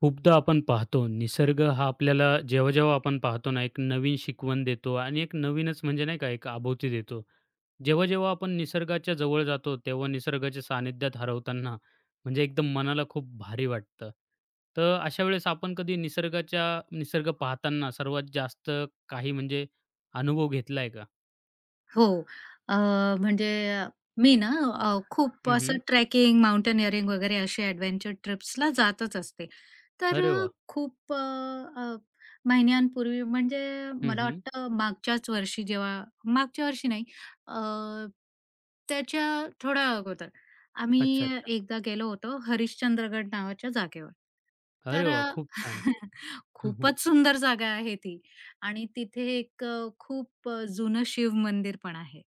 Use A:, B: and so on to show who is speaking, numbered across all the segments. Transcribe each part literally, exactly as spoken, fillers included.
A: खूपदा आपण पाहतो, निसर्ग हा आपल्याला जेव्हा-जेव्हा आपण पाहतो ना, एक नवीन शिकवण देतो आणि एक नवीनच म्हणजे नाही का, एक आभूती देतो. जेव्हा-जेव्हा आपण निसर्गाच्या जवळ जातो, तेव्हा निसर्गाच्या सानिध्यात हरवताना म्हणजे एकदम मनाला खूप भारी वाटतं. तर अशा वेळेस आपण कधी निसर्गाच्या निसर्ग पाहताना सर्वात जास्त काही म्हणजे अनुभव घेतलाय का?
B: हो. अ, म्हणजे मी ना अ, खूप
A: हं,
B: असं ट्रेकिंग, माउंटेनिअरिंग वगैरे असे एडव्हेंचर ट्रिप्सला जातच असते. तर
A: अरे
B: अ,
A: वाह!
B: खूप अ, अ, महिन्यांपूर्वी म्हणजे मला
A: हं,
B: वाटतं मागच्याच वर्षी जेव्हा मागच्या वर्षी नाही अ, त्याच्या थोड्या अगोदर
A: अच्छा,
B: आम्ही
A: अच्छा.
B: एकदा गेलो होतो हरिश्चंद्रगड नावाच्या जागेवर.
A: अरे
B: तर
A: वाह!
B: अ,
A: खूप छान.
B: खूपच सुंदर जागा आहे ती. आणि तिथे एक अ, खूप अ, जुनं शिव मंदिर पण आहे.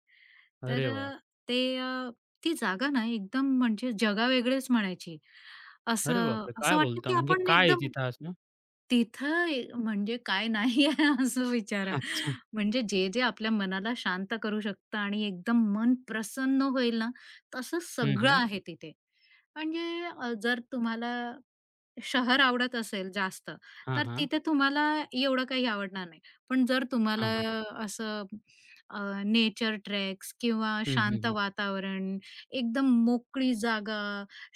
B: तर
A: अरे वाह!
B: अ, ते अ, ती जागा ना एकदम म्हणजे जगावेगळीच म्हणायची.
A: अरे
B: असं
A: बापरे!
B: असं
A: काय
B: वाटतं
A: बोलता?
B: की
A: म्हणजे
B: आपण
A: काय आहे
B: एकदम
A: तिथं असं?
B: तिथं ए म्हणजे काय नाही आहे असं विचारा.
A: अच्छा.
B: म्हणजे जे, जे आपल्या मनाला शांत करू शकतं आणि एकदम मन प्रसन्न होईल ना, तसं
A: हं,
B: सगळं
A: हं.
B: आहे तिथे. म्हणजे अ, जर तुम्हाला शहर आवडत असेल जास्त,
A: हां,
B: तर
A: हां.
B: तिथे तुम्हाला एवढं काही आवडणार नाही. पण जर तुम्हाला
A: हां, हां.
B: असं नेचर ट्रेक्स किंवा
A: हं, हं,
B: शांत
A: हं.
B: वातावरण, एकदम मोकळी जागा,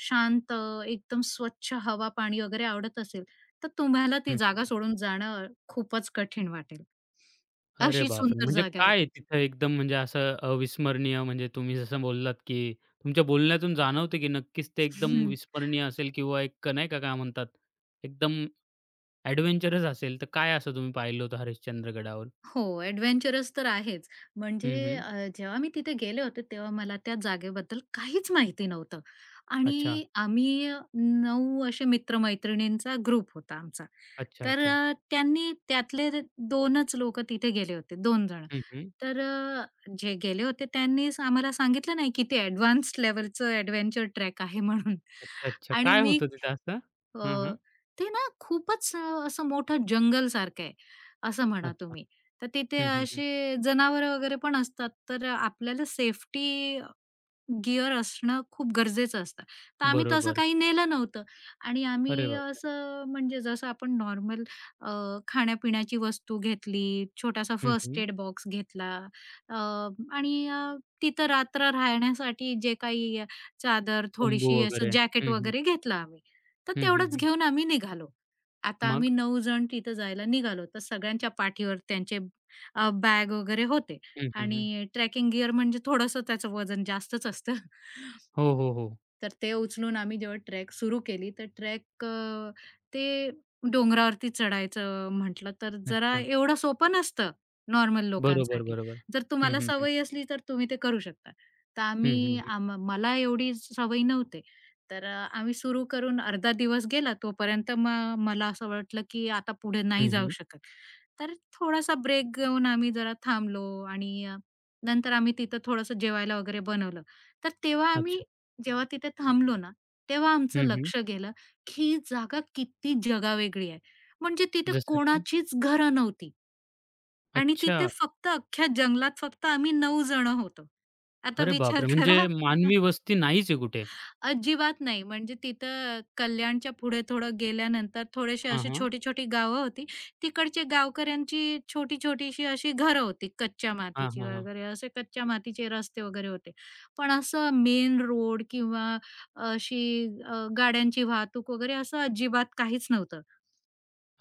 B: शांत, एकदम स्वच्छ हवा, पाणी वगैरे आवडत असेल, तर तुम्हाला
A: हं,
B: ती
A: हं,
B: जागा
A: हं.
B: सोडून जाणं खूपच कठीण वाटेल.
A: अरे
B: अशी
A: बापरे!
B: सुंदर
A: म्हणजे
B: जागा आहे
A: काय
B: ती.
A: तिथं एकदम म्हणजे असं अविस्मरणीय म्हणजे तुम्ही जसं बोललात, की तुमच्या बोलण्यातून जाणवतं, की नक्कीच ते एकदम विस्मरणीय असेल किंवा एक नाही का काय म्हणतात, एकदम एडव्हेंचरस असेल. तर काय असं तुम्ही पाहिलं होतं हरिश्चंद्र गडावर?
B: हो, एडव्हेंचरस तर आहेच. म्हणजे
A: हं, हं.
B: अ, जेव्हा मी तिथे गेले होते, तेव्हा मला त्या जागेबद्दल काहीच माहिती नव्हतं
A: अच्छा.
B: आणि आम्ही नऊ असे मित्र-मैत्रिणींचा ग्रुप होता आमचा.
A: अच्छा,
B: तर
A: अच्छा.
B: अ, त्यांनी त्यातले दोनच लोकं तिथे गेले होते, दोन जण.
A: हं, हं.
B: तर अ, जे गेले होते त्यांनीच आम्हाला सांगितलं नाही की ते एडव्हान्स लेव्हलचं एडव्हेंचर ट्रॅक आहे म्हणून
A: अच्छा, अच्छा.
B: आणि
A: काय
B: मी
A: होतं तिथं असं? हां, हां.
B: अ, ते ना खूपच अ, असं मोठं जंगल सारखं आहे, असं म्हणा
A: अच्छा.
B: तुम्ही. तर तिथे
A: हं, हं, हं.
B: असे जनावरं वगैरे पण असतात, तर आपल्याला सेफ्टी गिअर असणं खूप गरजेचं असतं. तर आम्ही तसं
A: बरोबर.
B: काही नेलं नव्हतं आणि
A: अरे
B: आम्ही
A: बापरे!
B: असं म्हणजे जसं आपण नॉर्मल अ, खाण्यापिण्याची वस्तू घेतली, छोटासा
A: हं,
B: फर्स्ट
A: हं.
B: एड बॉक्स घेतला अ, आणि अ, तिथं रात्र राहण्यासाठी जे काही अ, चादर,
A: तंबू
B: थोडीशी असं
A: वगैरे.
B: जॅकेट
A: हं, हं.
B: वगैरे घेतलं आम्ही. तर
A: हं, हं,
B: तेवढंच
A: हं.
B: घेऊन आम्ही निघालो. आता
A: मग?
B: आम्ही नऊ जण तिथं जायला निघालो. तर सगळ्यांच्या पाठीवर त्यांचे बॅग वगैरे होते.
A: हं, हं, हं.
B: आणि ट्रेकिंग गिअर म्हणजे थोडंसं त्याचं वजन जास्तच असतं.
A: हो, हो, हो.
B: तर ते उचलून आम्ही जेव्हा ट्रेक सुरू केली तर ट्रेक ते डोंगरावरती चढायचं म्हटलं तर जरा
A: अच्छा.
B: एवढं सोपं नसतं नॉर्मल
A: बरोबर,
B: लोकांसाठी.
A: बरोबर.
B: जर
A: हं,
B: तुम्हाला
A: हं, हं.
B: सवय असली तर तुम्ही ते करू शकता. तर
A: हं, हं,
B: आम्ही
A: हं.
B: आम मला एवढी सवय नव्हते. तर अ, आम्ही सुरू करून अर्धा दिवस गेला तोपर्यंत मग मला असं वाटलं, की आता पुढे नाही
A: हं,
B: जाऊ
A: हं.
B: शकत. तर थोडासा ब्रेक घेऊन आम्ही जरा थांबलो आणि अ, नंतर आम्ही तिथं थोडंसं जेवायला वगैरे बनवलं. तर तेव्हा आम्ही
A: अच्छा.
B: जेव्हा तिथे थांबलो ना, तेव्हा आमचं
A: हं, हं.
B: लक्ष गेलं, की ही जागा किती जगावेगळी आहे. म्हणजे तिथे
A: जसं की?
B: कोणाचीच घरं नव्हती आणि
A: अच्छा.
B: तिथे फक्त अख्ख्या जंगलात फक्त आम्ही नऊ जण होतो. आता
A: अरे
B: विचार
A: बापरे! म्हणजे
B: करा.
A: मानवी वस्ती नाहीच आहे कुठे?
B: अजिबात नाही. म्हणजे तिथं कल्याणच्या पुढे थोडं गेल्यानंतर थोडेसे
A: हां,
B: अशी
A: हां.
B: छोटी-छोटी गावं होती. तिकडचे गावकऱ्यांची छोटी-छोटीशी अशी घरं होती कच्च्या
A: हां,
B: मातीची
A: हां, हां.
B: वगैरे, असे कच्च्या मातीचे रस्ते वगैरे होते. पण असं मेन रोड किंवा अशी अ, गाड्यांची वाहतूक वगैरे असं अजिबात काहीच नव्हतं.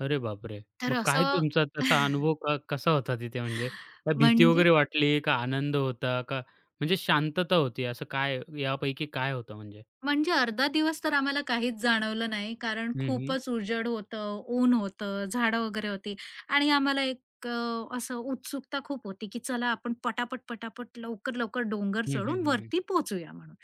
A: अरे बापरे!
B: तर
A: मग
B: असं
A: काय तुमचा तसा अनुभव क कसा होता तिथे म्हणजे? काय भीती
B: म्हणजे
A: वगैरे वाटली? का आनंद होता? का म्हणजे शांतता होती? असं काय यापैकी काय होतं म्हणजे?
B: म्हणजे अर्धा दिवस तर आम्हाला काहीच जाणवलं नाही, कारण
A: हं, हं.
B: खूपच उजड होतं, ऊन होतं, झाडं वगैरे होती आणि आम्हाला एक अ, असं उत्सुकता खूप होती, की चला आपण पटापट, पटापट, लवकर-लवकर डोंगर
A: हं, हं,
B: चढून
A: हं, हं.
B: वरती पोहोचूया म्हणून.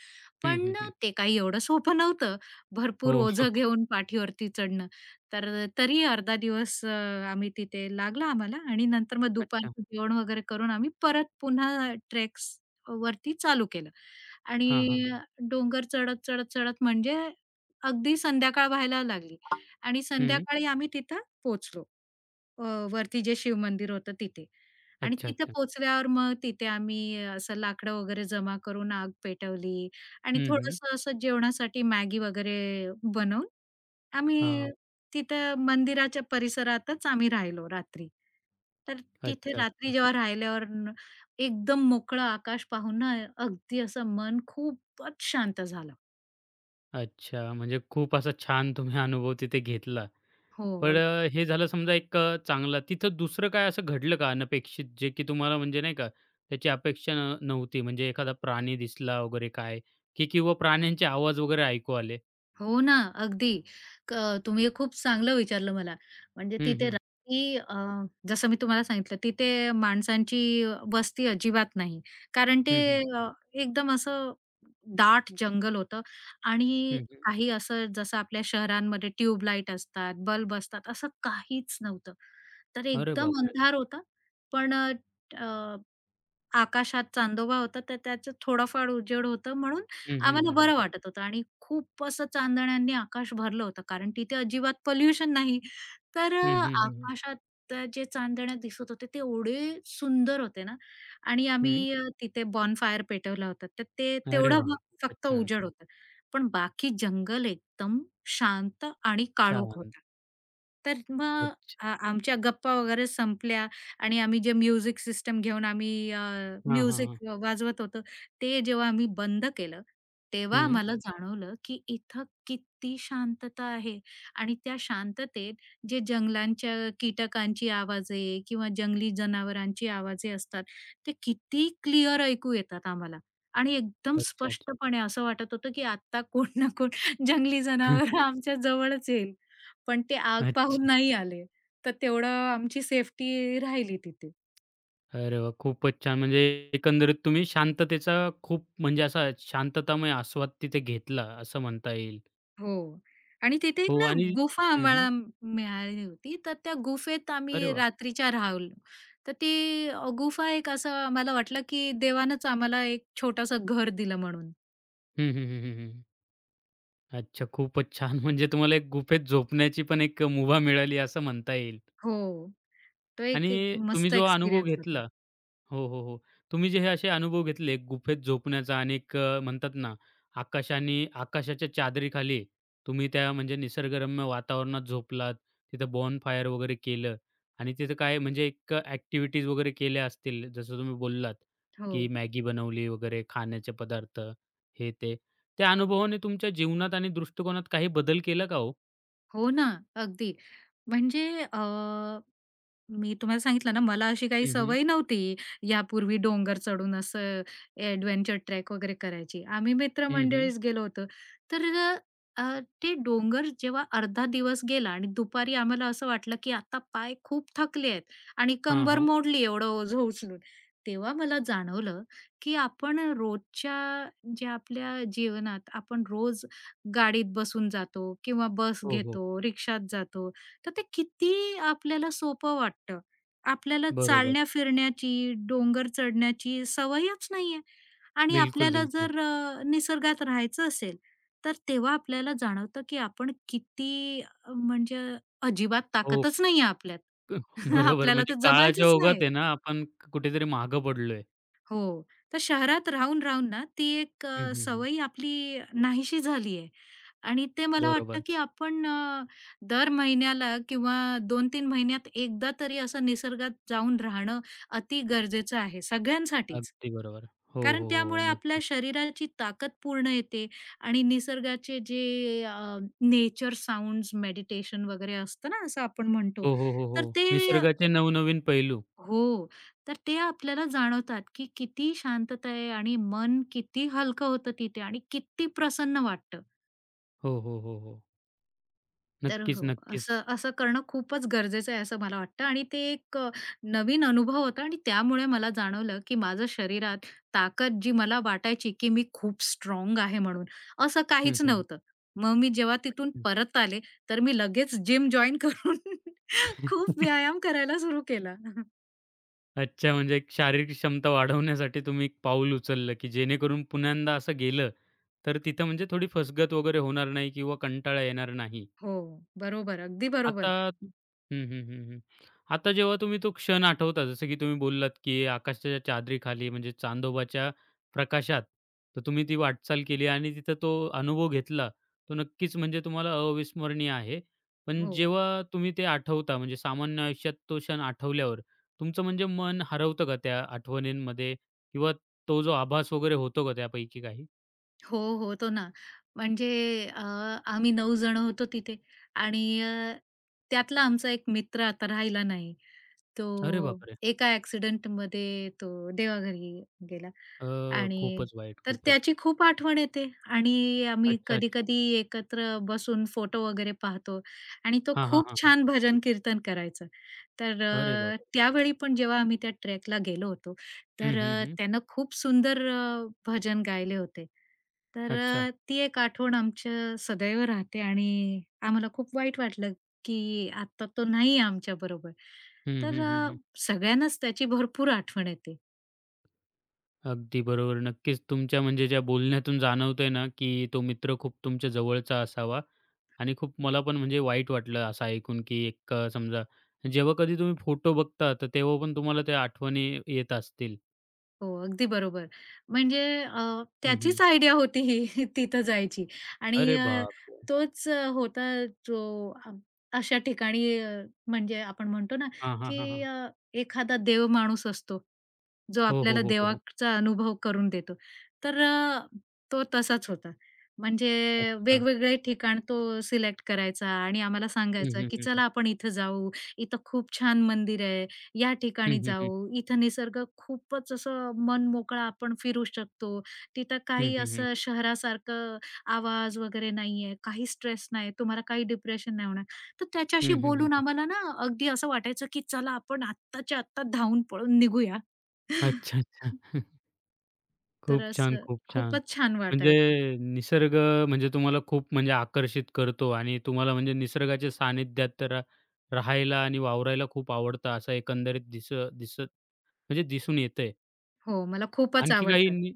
A: हं,
B: पण
A: हं,
B: ना,
A: हं.
B: ते काही एवढं सोपं नव्हतं. भरपूर
A: हो.
B: ओझं घेऊन पाठीवरती चढणं. तर तरी अर्धा दिवस अ, आम्ही तिथे लागला आम्हाला आणि नंतर मग
A: अच्छा.
B: दुपारचं जेवण वगैरे करून आम्ही परत पुन्हा ट्रेक्स वरती चालू केलं. आणि
A: हां, हां.
B: हं. डोंगर चढत, चढत, चढत म्हणजे अगदी संध्याकाळ व्हायला लागली आणि
A: हं.
B: संध्याकाळी आम्ही तिथं पोचलो, अ, वरती जे शिवमंदिर होतं तिथे आणि
A: अच्छा,
B: तिथे
A: अच्छा.
B: पोहोचल्यावर मग तिथे आम्ही असं लाकडं वगैरे जमा करून आग पेटवली आणि
A: हं, हं.
B: थोडंसं असं जेवणासाठी मॅगी वगैरे बनवून
A: हां,
B: आम्ही
A: हां.
B: तिथं मंदिराच्या परिसरातच आम्ही राहिलो रात्री. तर तिथे
A: अच्छा, अच्छा.
B: रात्री जेव्हा राहिल्यावर न एकदम मोकळं आकाश पाहून ना अगदी असं मन खूपच शांत झालं.
A: अच्छा, म्हणजे खूप असा छान तुम्ही अनुभव तिथे घेतला. पण
B: हो.
A: अ, हे झालं समजा एक अ, चांगला. तिथं दुसरं काय असं घडलं का अनपेक्षित, जे की तुम्हाला म्हणजे नाही का त्याची अपेक्षा न नव्हती? म्हणजे एखादा प्राणी दिसला वगैरे काय? की किंवा प्राण्यांचे आवाज वगैरे ऐकू आले?
B: हो ना, अगदी. क तुम्ही खूप चांगलं विचारलं मला. म्हणजे
A: हं,
B: तिथे
A: हं.
B: रात्री अ, जसं मी तुम्हाला सांगितलं, तिथे माणसांची वस्ती अजिबात नाही. कारण ते
A: हं, हं.
B: अ, एकदम असं दाट जंगल होतं आणि
A: हं, हं.
B: काही असं जसं आपल्या शहरांमध्ये ट्यूबलाईट असतात, बल्ब असतात, असं काहीच नव्हतं. तर
A: अरे
B: एकदम
A: बापरे!
B: अंधार होता. पण आकाशात चांदोबा होता, तर त्याचं थोडंफार उजेड होतं म्हणून
A: हं, हं,
B: आम्हाला
A: हं, हं.
B: बरं वाटत होतं आणि खूप असं चांदण्यांनी आकाश भरलं होतं कारण तिथे अजिबात पोल्युशन नाही. तर
A: हं,
B: अ,
A: हं, हं, हं.
B: आकाशात अ, जे चांदण्या दिसत होते ते एवढे सुंदर होते ना आणि आम्ही अ, तिथे बॉनफायर पेटवला होता. तर ते
A: अरे
B: तेवढं
A: वाह!
B: मग
A: खूपच
B: फक्त
A: छान.
B: उजेड होतं. पण बाकी जंगल एकदम शांत आणि काळोख
A: छान.
B: होता. तर मग
A: अच्छा.
B: आ आमच्या गप्पा वगैरे संपल्या आणि आम्ही जे म्युझिक सिस्टम घेऊन आम्ही
A: हां, हां,
B: म्युझिक
A: हां.
B: वाजवत होतो, ते जेव्हा आम्ही बंद केलं, तेव्हा
A: हं.
B: आम्हाला जाणवलं की इथं किती शांतता आहे आणि त्या शांततेत जे जंगलांच्या कीटकांची आवाजे किंवा जंगली जनावरांची आवाजे असतात, ते किती क्लिअर ऐकू येतात आम्हाला आणि एकदम
A: अच्छा, अच्छा.
B: स्पष्टपणे असं वाटत होतं, की आता कोण ना कोण जंगली जनावर आमच्या जवळच येईल. पण ते आग पाहून
A: अच्छा.
B: नाही आले. तर तेवढं आमची सेफ्टी राहिली तिथे.
A: अरे वाह! खूपच छान. म्हणजे एकंदरीत तुम्ही शांततेचा खूप म्हणजे असा शांततामय आस्वाद तिथे घेतला असं म्हणता येईल.
B: हो. आणि तिथे एक
A: हो
B: ना
A: आणि
B: गुफा
A: हं, हं.
B: आम्हाला मिळाली होती. तर त्या गुफेत
A: अरे
B: आम्ही
A: वाह!
B: रात्रीच्या राहिलो. तर ती अ, गुफा एक असं आम्हाला वाटलं, की देवानंच आम्हाला एक छोटंसं घर दिलं म्हणून.
A: हं, हं, हं, हं, हं. अच्छा खूपच छान. म्हणजे तुम्हाला एक गुफेत झोपण्याची पण एक मुभा मिळाली असं म्हणता येईल.
B: हो. तो एक
A: आणि
B: एकदम
A: तुम्ही
B: मस्त
A: जो अनुभव
B: एक्सपिरियन्स
A: घेतला
B: होता.
A: हो, हो, हो. तुम्ही जे हे असे अनुभव घेतले गुफेत झोपण्याचा आणि एक अ, म्हणतात ना, आकाशाने आकाशाच्या चादरीखाली तुम्ही त्या म्हणजे निसर्गरम्य वातावरणात झोपलात, तिथं बॉन फायर वगैरे केलं आणि तिथं काय म्हणजे एक अ, ॲक्टिव्हिटीज वगैरे केल्या असतील, जसं तुम्ही बोललात, की
B: हो.
A: मॅगी बनवली वगैरे, खाण्याचे पदार्थ, हे ते. त्या अनुभवाने तुमच्या जीवनात आणि दृष्टिकोनात काही बदल केला का हो?
B: हो ना, अगदी. म्हणजे अ मी तुम्हाला सांगितलं ना, मला अशी काही
A: हं, हं.
B: सवय नव्हती यापूर्वी डोंगर चढून असं एडव्हेंचर ट्रेक वगैरे करायची. आम्ही
A: हं, हं.
B: मित्रमंडळीच गेलो होतो. तर अ, अ, ते डोंगर जेव्हा अर्धा दिवस गेला आणि दुपारी आम्हाला असं वाटलं, की आता पाय खूप थकले आहेत आणि
A: हां,
B: कंबर
A: हां.
B: मोडली एवढं ओझं उचलून. तेव्हा मला जाणवलं, की आपण रोजच्या ज्या आपल्या जीवनात आपण रोज गाडीत बसून जातो किंवा बस
A: हो, हो.
B: घेतो, रिक्षात जातो. तर ते किती आपल्याला सोपं वाटतं. आपल्याला
A: बरोबर.
B: चालण्या-फिरण्याची, डोंगर चढण्याची सवयच नाहीये आणि
A: बिलकुल,
B: आपल्याला
A: बिलकुल.
B: जर अ, निसर्गात राहायचं असेल, तर तेव्हा आपल्याला जाणवतं, की आपण किती अ, म्हणजे अजिबात
A: हो.
B: ताकदच नाहीये आपल्यात.
A: बरोबर.
B: आपल्याला
A: म्हणजे
B: ते
A: काळाच्या
B: जमायचंच
A: ओघात
B: नाही.
A: आहे ना, आपण कुठेतरी मागे पडलोय.
B: हो. तर शहरात राहून, राहून ना ती एक
A: हं,
B: अ,
A: हं, हं.
B: सवय आपली नाहीशी झाली आहे आणि ते मला वाटतं,
A: बरोबर.
B: की आपण अ, दर महिन्याला किंवा दोन तीन महिन्यात एकदा तरी असं निसर्गात जाऊन राहणं अति गरजेचं आहे सगळ्यांसाठीच.
A: अगदी बरोबर. हो,
B: कारण
A: हो, हो.
B: त्यामुळे आपल्या
A: नक्कीच.
B: शरीराची ताकद पूर्ण येते आणि निसर्गाचे जे अ, नेचर साउंड्स, मेडिटेशन वगैरे असतं ना, असं आपण म्हणतो.
A: हो, हो, हो, हो.
B: तर ते
A: निसर्गाचे नवनवीन पैलू.
B: हो. तर ते आपल्याला जाणवतात, की किती शांतता आहे आणि मन किती हलकं होतं तिथे आणि किती प्रसन्न वाटतं.
A: हो, हो, हो, हो.
B: तर
A: नक्कीच,
B: हो,
A: नक्कीच.
B: असं असं करणं खूपच गरजेचं आहे असं मला वाटतं आणि ते एक अ, नवीन अनुभव होता आणि त्यामुळे मला जाणवलं, की माझं शरीरात ताकद जी मला वाटायची, की मी खूप स्ट्राँग आहे म्हणून, असं
A: हं,
B: काहीच
A: हं, हं,
B: नव्हतं. मग मी जेव्हा तिथून
A: हं.
B: परत आले, तर मी लगेच जिम जॉइन करून खूप व्यायाम करायला सुरू केला.
A: अच्छा, म्हणजे एक शारीरिक क्षमता वाढवण्यासाठी तुम्ही एक पाऊल उचललं, की जेणेकरून पुन्यांदा असं गेलं, तर तिथं म्हणजे थोडी फसगत वगैरे होणार नाही किंवा कंटाळा येणार नाही.
B: हो, बरोबर. अगदी
A: आता
B: बरोबर.
A: हं, हं, हं, हं. आता जेव्हा तुम्ही तो क्षण आठवता, जसं की तुम्ही बोललात, की आकाशाच्या चादरीखाली म्हणजे चांदोबाच्या प्रकाशात, तर तुम्ही ती वाटचाल केली आणि तिथं तो अनुभव घेतला. तो नक्कीच म्हणजे तुम्हाला अविस्मरणीय आहे. पण
B: हो.
A: जेव्हा तुम्ही ते आठवता, म्हणजे सामान्य आयुष्यात तो क्षण आठवल्यावर, तुमचं म्हणजे मन हरवतं का त्या आठवणींमध्ये? किंवा तो जो आभास वगैरे होतो का त्यापैकी काही?
B: हो, होतो ना. म्हणजे अ, आम्ही नऊ जण होतो तिथे आणि अ, त्यातला आमचा एक मित्र आता राहिला नाही. तो
A: अरे बापरे!
B: एका ॲक्सिडेंटमध्ये तो देवाघरी गेला
A: अ,
B: आणि
A: खूपच वाईट,
B: तर
A: खूपच
B: त्याची
A: वाईट.
B: खूप आठवण येते आणि आम्ही
A: अच्छा, अच्छा.
B: कधी-कधी एकत्र बसून फोटो वगैरे पाहतो आणि तो
A: हां, हां,
B: खूप
A: हां, हां.
B: छान भजन कीर्तन करायचा. तर
A: अरे
B: अ,
A: बापरे!
B: त्यावेळी पण जेव्हा आम्ही त्या ट्रेकला गेलो होतो
A: हं,
B: तर
A: हं,
B: अ,
A: हं.
B: त्यानं खूप सुंदर अ, भजन गायले होते. तर
A: अच्छा.
B: अ, ती एक आठवण आमच्या सदैव राहते आणि आम्हाला खूप वाईट वाटलं, की आता तो नाही आमच्याबरोबर.
A: हं,
B: तर
A: हं, हं,
B: अ,
A: हं.
B: सगळ्यांनाच त्याची भरपूर आठवण येते.
A: अगदी बरोबर. नक्कीच तुमच्या म्हणजे ज्या बोलण्यातून जाणवतंय ना, की तो मित्र खूप तुमच्या जवळचा असावा आणि खूप मला पण म्हणजे वाईट वाटलं असं ऐकून, की एक अ, समजा जेव्हा कधी तुम्ही फोटो बघता, तर तेव्हा पण तुम्हाला त्या आठवणी येत असतील.
B: हो, अगदी बरोबर. म्हणजे अ,
A: हं, हं.
B: त्याचीच आयडिया होती ही तिथं जायची आणि
A: अरे
B: अ,
A: बापरे!
B: तोच अ, होता जो अ, अशा ठिकाणी अ, म्हणजे आपण म्हणतो ना,
A: हां, हां, हां,
B: की
A: हां.
B: अ, एखादा देव माणूस असतो, जो
A: हो, हो,
B: आपल्याला
A: हो, हो, हो.
B: देवाचा अनुभव करून देतो. तर अ, तो तसाच होता. म्हणजे
A: अच्छा.
B: वेगवेगळे ठिकाण तो सिलेक्ट करायचा आणि आम्हाला
A: हं,
B: सांगायचा,
A: हं,
B: की
A: हं, हं.
B: "चला आपण इथं जाऊ. इथं खूप छान मंदिर आहे. या
A: हं,
B: ठिकाणी
A: हं, हं.
B: जाऊ, इथं निसर्ग खूपच असं मनमोकळं आपण फिरू शकतो. तिथं
A: हं,
B: काही
A: हं, हं.
B: असं शहरासारखं आवाज वगैरे नाहीये, काही स्ट्रेस नाही, तुम्हाला काही डिप्रेशन नाही होणार. तर त्याच्याशी
A: हं, हं, हं,
B: बोलून
A: हं.
B: आम्हाला ना अगदी असं वाटायचं, की चला आपण आत्ताच्या आत्ता धावून पळून निघूया.
A: अच्छा, अच्छा.
B: तर
A: खूप छान,
B: असं
A: खूप छान.
B: खूपच छान
A: म्हणजे
B: वाटायचं.
A: निसर्ग म्हणजे तुम्हाला खूप म्हणजे आकर्षित करतो आणि तुम्हाला म्हणजे निसर्गाच्या सानिध्यात रा राहायला आणि वावरायला खूप आवडतं असं एकंदरीत दिस दिसत म्हणजे दिसून येतंय.
B: हो, मला खूपच
A: आणखी काही
B: आवडतं
A: नि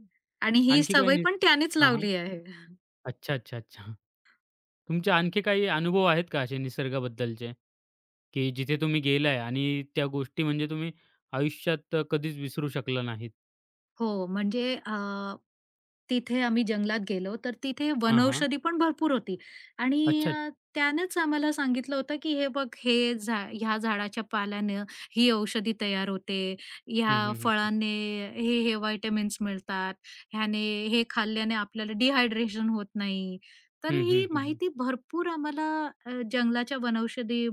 B: आणि ही
A: आणखी काही
B: सवय
A: नि
B: पण त्यानेच
A: हां, हां.
B: लावली आहे.
A: अच्छा, अच्छा, अच्छा. तुमचे आणखी काही अनुभव आहेत का असे निसर्गाबद्दलचे, की जिथे तुम्ही गेलाय आणि त्या गोष्टी म्हणजे तुम्ही आयुष्यात कधीच विसरू शकला नाहीत?
B: हो, म्हणजे अ, तिथे आम्ही जंगलात गेलो, तर तिथे
A: हां, हां.
B: वनौषधी पण भरपूर होती आणि
A: अच्छा, अच्छा.
B: अ, त्यानेच आम्हाला सांगितलं होतं, की "हे बघ, हे झा ह्या झाडाच्या पाल्यानं ही औषधी तयार होते,
A: हं,
B: ह्या
A: हं, हं, हं.
B: फळाने हे, हे व्हिटॅमिन्स मिळतात, ह्याने हे खाल्ल्याने आपल्याला डिहायड्रेशन होत नाही." तर
A: हं, हं,
B: ही
A: हं, हं.
B: माहिती भरपूर आम्हाला अ, जंगलाच्या वनौषधी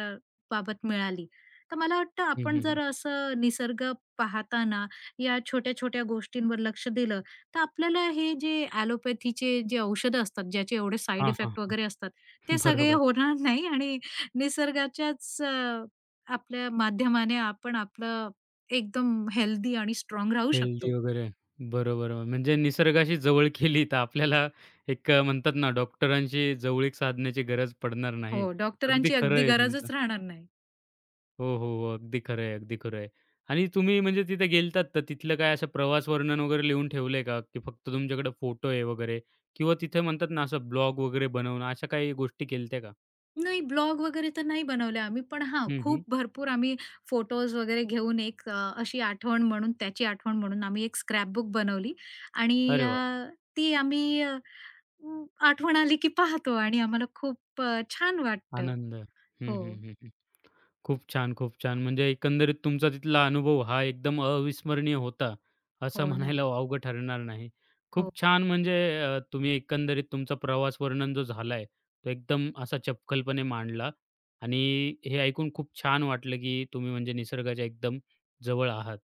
B: अ, बाबत मिळाली. तर मला वाटतं आपण
A: हं,
B: जर असं निसर्ग पाहताना या छोट्या-छोट्या गोष्टींवर लक्ष दिलं, तर आपल्याला हे जे ॲलोपॅथीचे जे औषधं असतात, ज्याचे एवढे साइड
A: हां, हां,
B: इफेक्ट
A: हां.
B: वगैरे असतात, ते सगळे
A: बरोबर.
B: होणार नाही आणि निसर्गाच्याच अ, आपल्या माध्यमाने आपण आपलं एकदम हेल्दी आणि स्ट्राँग राहू
A: हेल्दी
B: शकतो.
A: वगैरे. बरोबर. म्हणजे निसर्गाशी जवळ केली तर आपल्याला एक अ, म्हणतात ना डॉक्टरांशी जवळीक साधण्याची गरज पडणार नाही.
B: हो,
A: अगदी
B: डॉक्टरांची
A: खरं
B: अगदी
A: आहे तुमचं.
B: गरजच राहणार नाही.
A: हो, हो, हो. अगदी खरं आहे, अगदी खरं आहे. आणि तुम्ही म्हणजे तिथे गेलात तर तिथलं काय असं प्रवास वर्णन वगैरे लिहून ठेवलंय का? की फक्त तुमच्याकडे फोटो आहे वगैरे किंवा तिथे म्हणतात ना असं ब्लॉग वगैरे बनवणं अशा काही गोष्टी केलत्या का?
B: नाही ब्लॉग वगैरे तर नाही बनवले आम्ही, पण हां,
A: हं, हं.
B: खूप भरपूर आम्ही फोटोज वगैरे घेऊन एक अ, अशी आठवण म्हणून त्याची आठवण म्हणून आम्ही एक स्क्रॅपबुक बनवली आणि
A: अरे
B: अ,
A: वाह!
B: ती आम्ही अं, आठवण आली की पाहतो आणि आम्हाला खूप अ, छान वाटतं.
A: आनंद. हं,
B: हो,
A: हं, हं, खूप छान, खूप छान. म्हणजे एकंदरीत तुमचा तिथला अनुभव हा एकदम अविस्मरणीय होता, असं
B: हो ना.
A: म्हणायला वावगं ठरणार नाही.
B: हो,
A: खूप छान म्हणजे अ, तुम्ही एकंदरीत तुमचा प्रवास वर्णन जो झालाय, तो एकदम असा चपखलपणे मांडला आणि हे ऐकून खूप छान वाटलं, की तुम्ही म्हणजे निसर्गाच्या एकदम जवळ आहात.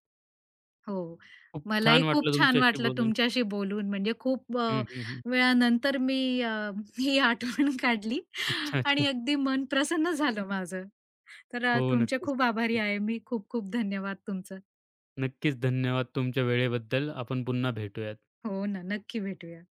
B: हो.
A: खूप
B: मलाही
A: छान
B: खूप
A: वाटलं
B: छान
A: तुमच्याशी
B: वाटलं
A: बोलून.
B: तुमच्याशी बोलून. म्हणजे खूप अ,
A: हं, हं, हं.
B: वेळानंतर मी अ, ही आठवण काढली
A: अच्छा, अच्छा.
B: आणि अगदी मन प्रसन्न झालं माझं. तर अ,
A: हो,
B: तुमचे
A: नक्कीच,
B: खूप आभारी
A: नक्कीच.
B: आहे मी. खूप खूप धन्यवाद तुमचं.
A: नक्कीच धन्यवाद तुमच्या वेळेबद्दल. आपण पुन्हा भेटूयात.
B: हो ना, नक्की भेटूया.